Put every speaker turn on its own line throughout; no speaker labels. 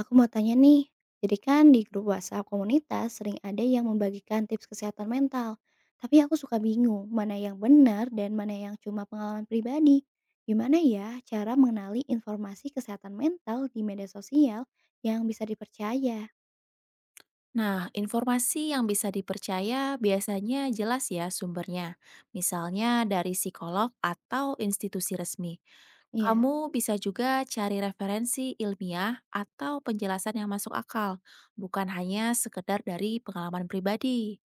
Aku mau tanya nih, jadi kan di grup WhatsApp komunitas sering ada yang membagikan tips kesehatan mental. Tapi aku suka bingung mana yang benar dan mana yang cuma pengalaman pribadi. Gimana ya cara mengenali informasi kesehatan mental di media sosial yang bisa dipercaya?
Nah, informasi yang bisa dipercaya biasanya jelas ya sumbernya, misalnya dari psikolog atau institusi resmi.
Ya,
Kamu bisa juga cari referensi ilmiah atau penjelasan yang masuk akal, bukan hanya sekedar dari pengalaman pribadi.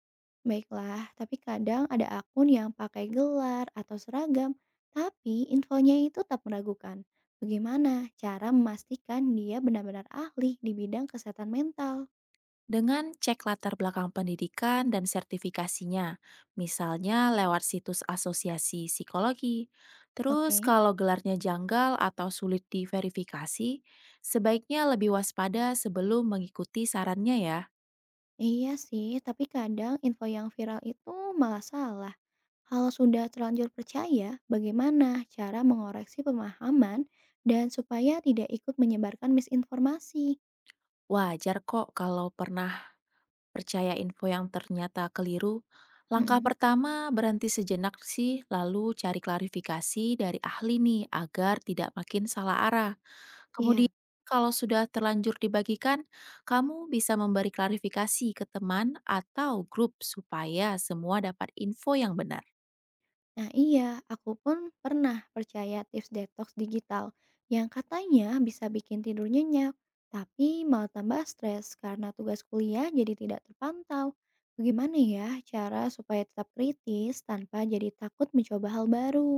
baiklah. Tapi kadang ada akun yang pakai gelar atau seragam, tapi infonya itu tetap meragukan. Bagaimana cara memastikan dia benar-benar ahli di bidang kesehatan mental?
Dengan cek latar belakang pendidikan dan sertifikasinya, misalnya lewat situs asosiasi psikologi. Terus
Oke.
kalau gelarnya janggal atau sulit diverifikasi, sebaiknya lebih waspada sebelum mengikuti sarannya ya.
Iya sih, tapi kadang info yang viral itu malah salah. Kalau sudah terlanjur percaya, bagaimana cara mengoreksi pemahaman dan supaya tidak ikut menyebarkan misinformasi?
Wajar kok kalau pernah percaya info yang ternyata keliru. Langkah
Mm-mm.
pertama berhenti sejenak sih, lalu cari klarifikasi dari ahli nih agar tidak makin salah arah.
Iya,
Kemudian kalau sudah terlanjur dibagikan, kamu bisa memberi klarifikasi ke teman atau grup supaya semua dapat info yang benar.
nah iya, aku pun pernah percaya tips detox digital yang katanya bisa bikin tidur nyenyak, tapi malah tambah stres karena tugas kuliah jadi tidak terpantau. Bagaimana ya cara supaya tetap kritis tanpa jadi takut mencoba hal baru?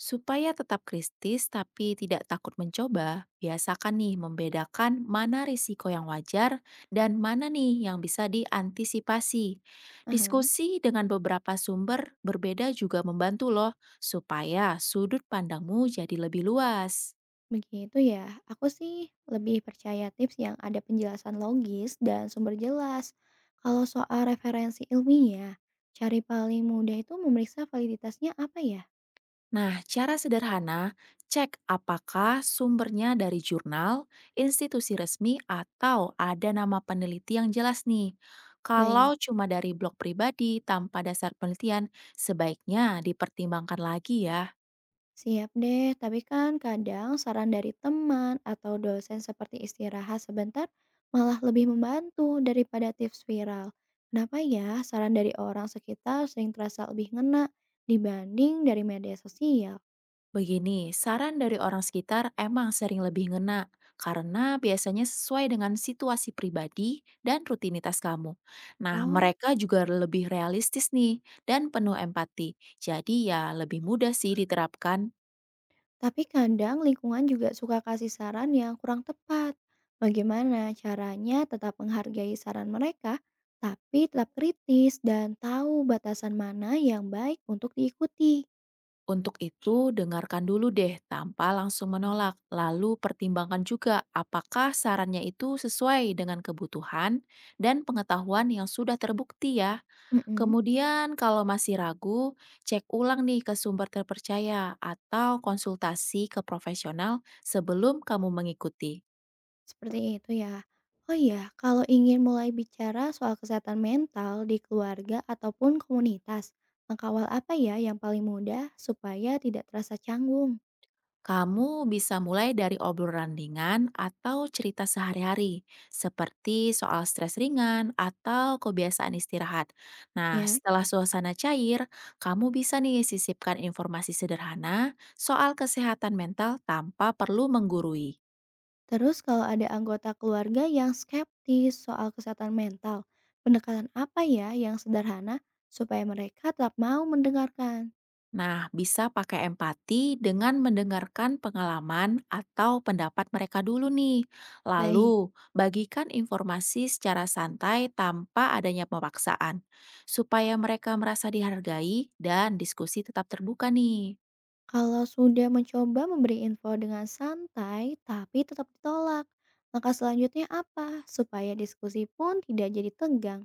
Supaya tetap kritis tapi tidak takut mencoba, biasakan nih membedakan mana risiko yang wajar dan mana nih yang bisa diantisipasi.
Aha.
Diskusi dengan beberapa sumber berbeda juga membantu loh supaya sudut pandangmu jadi lebih luas.
Begitu ya, aku sih lebih percaya tips yang ada penjelasan logis dan sumber jelas. Kalau soal referensi ilmiah, cari paling mudah itu memeriksa validitasnya apa ya?
Nah, cara sederhana, cek apakah sumbernya dari jurnal, institusi resmi, atau ada nama peneliti yang jelas nih.
Baik,
Kalau cuma dari blog pribadi tanpa dasar penelitian, sebaiknya dipertimbangkan lagi ya.
siap deh. Tapi kan kadang saran dari teman atau dosen seperti istirahat sebentar malah lebih membantu daripada tips viral. Kenapa ya saran dari orang sekitar sering terasa lebih ngena dibanding dari media sosial?
Begini, saran dari orang sekitar emang sering lebih ngena karena biasanya sesuai dengan situasi pribadi dan rutinitas kamu. Nah,
Oh.
mereka juga lebih realistis nih dan penuh empati. Jadi ya lebih mudah sih diterapkan.
Tapi kadang lingkungan juga suka kasih saran yang kurang tepat. Bagaimana caranya tetap menghargai saran mereka, tapi tetap kritis dan tahu batasan mana yang baik untuk diikuti.
Untuk itu, dengarkan dulu deh tanpa langsung menolak. Lalu pertimbangkan juga apakah sarannya itu sesuai dengan kebutuhan dan pengetahuan yang sudah terbukti ya.
Mm-mm.
Kemudian kalau masih ragu, cek ulang nih ke sumber terpercaya atau konsultasi ke profesional sebelum kamu mengikuti.
Seperti itu ya. Oh iya, kalau ingin mulai bicara soal kesehatan mental di keluarga ataupun komunitas, langkah awal apa ya yang paling mudah supaya tidak terasa canggung?
Kamu bisa mulai dari obrolan ringan atau cerita sehari-hari, seperti soal stres ringan atau kebiasaan istirahat. Nah,
Ya.
setelah suasana cair, kamu bisa nih sisipkan informasi sederhana soal kesehatan mental tanpa perlu menggurui.
Terus kalau ada anggota keluarga yang skeptis soal kesehatan mental, pendekatan apa ya yang sederhana supaya mereka tetap mau mendengarkan?
Nah, bisa pakai empati dengan mendengarkan pengalaman atau pendapat mereka dulu nih.
Baik,
Lalu, bagikan informasi secara santai tanpa adanya pemaksaan, supaya mereka merasa dihargai dan diskusi tetap terbuka nih.
kalau sudah mencoba memberi info dengan santai tapi tetap ditolak, langkah selanjutnya apa supaya diskusi pun tidak jadi tegang?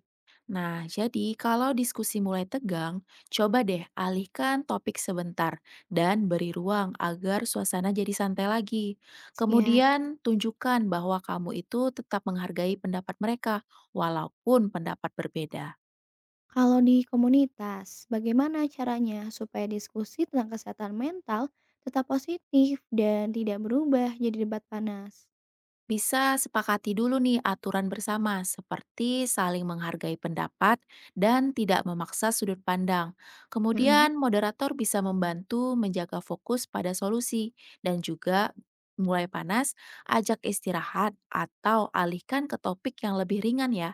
Nah, jadi kalau diskusi mulai tegang, coba deh alihkan topik sebentar dan beri ruang agar suasana jadi santai lagi.
Siap.
Kemudian tunjukkan bahwa kamu itu tetap menghargai pendapat mereka, walaupun pendapat berbeda.
Kalau di komunitas, bagaimana caranya supaya diskusi tentang kesehatan mental tetap positif dan tidak berubah jadi debat panas?
Bisa sepakati dulu nih aturan bersama, seperti saling menghargai pendapat dan tidak memaksa sudut pandang.
Mm-mm.
Kemudian, moderator bisa membantu menjaga fokus pada solusi dan juga mulai panas, ajak istirahat, atau alihkan ke topik yang lebih ringan ya.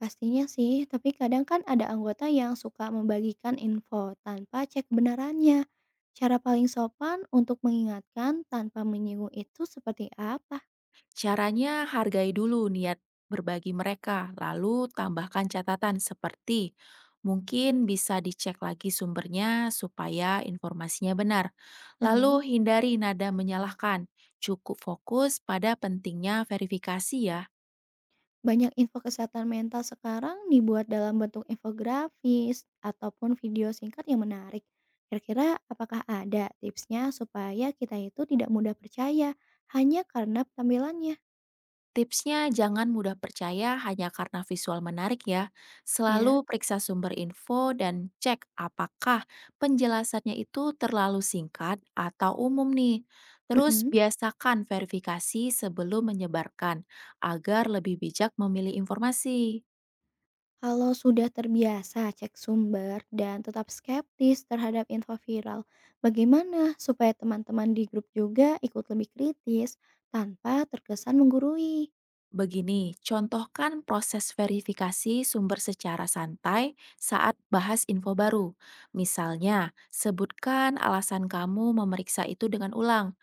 Pastinya sih, tapi kadang kan ada anggota yang suka membagikan info tanpa cek kebenarannya. Cara paling sopan untuk mengingatkan tanpa menyinggung itu seperti apa?
Caranya hargai dulu niat berbagi mereka, lalu tambahkan catatan seperti mungkin bisa dicek lagi sumbernya supaya informasinya benar.
Aha.
Lalu hindari nada menyalahkan, cukup fokus pada pentingnya verifikasi ya.
Banyak info kesehatan mental sekarang dibuat dalam bentuk infografis ataupun video singkat yang menarik. Kira-kira apakah ada tipsnya supaya kita itu tidak mudah percaya hanya karena tampilannya?
Tipsnya jangan mudah percaya hanya karena visual menarik ya.
Ya.
Selalu periksa sumber info dan cek apakah penjelasannya itu terlalu singkat atau umum nih. Terus
Mm-mm.
biasakan verifikasi sebelum menyebarkan agar lebih bijak memilih informasi.
Kalau sudah terbiasa cek sumber dan tetap skeptis terhadap info viral, bagaimana supaya teman-teman di grup juga ikut lebih kritis tanpa terkesan menggurui?
Begini, contohkan proses verifikasi sumber secara santai saat bahas info baru. Misalnya, sebutkan alasan kamu memeriksa itu dengan ulang.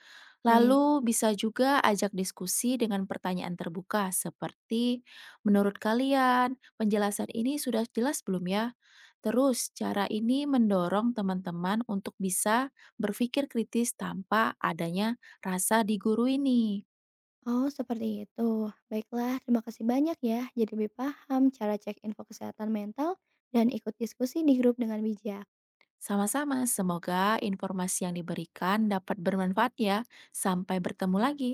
Baik,
Lalu bisa juga ajak diskusi dengan pertanyaan terbuka seperti, menurut kalian penjelasan ini sudah jelas belum ya? Terus cara ini mendorong teman-teman untuk bisa berpikir kritis tanpa adanya rasa digurui ini.
oh seperti itu. Baiklah, terima kasih banyak ya. Jadi lebih paham cara cek info kesehatan mental dan ikut diskusi di grup dengan bijak.
Sama-sama, semoga informasi yang diberikan dapat bermanfaat ya. Sampai bertemu lagi.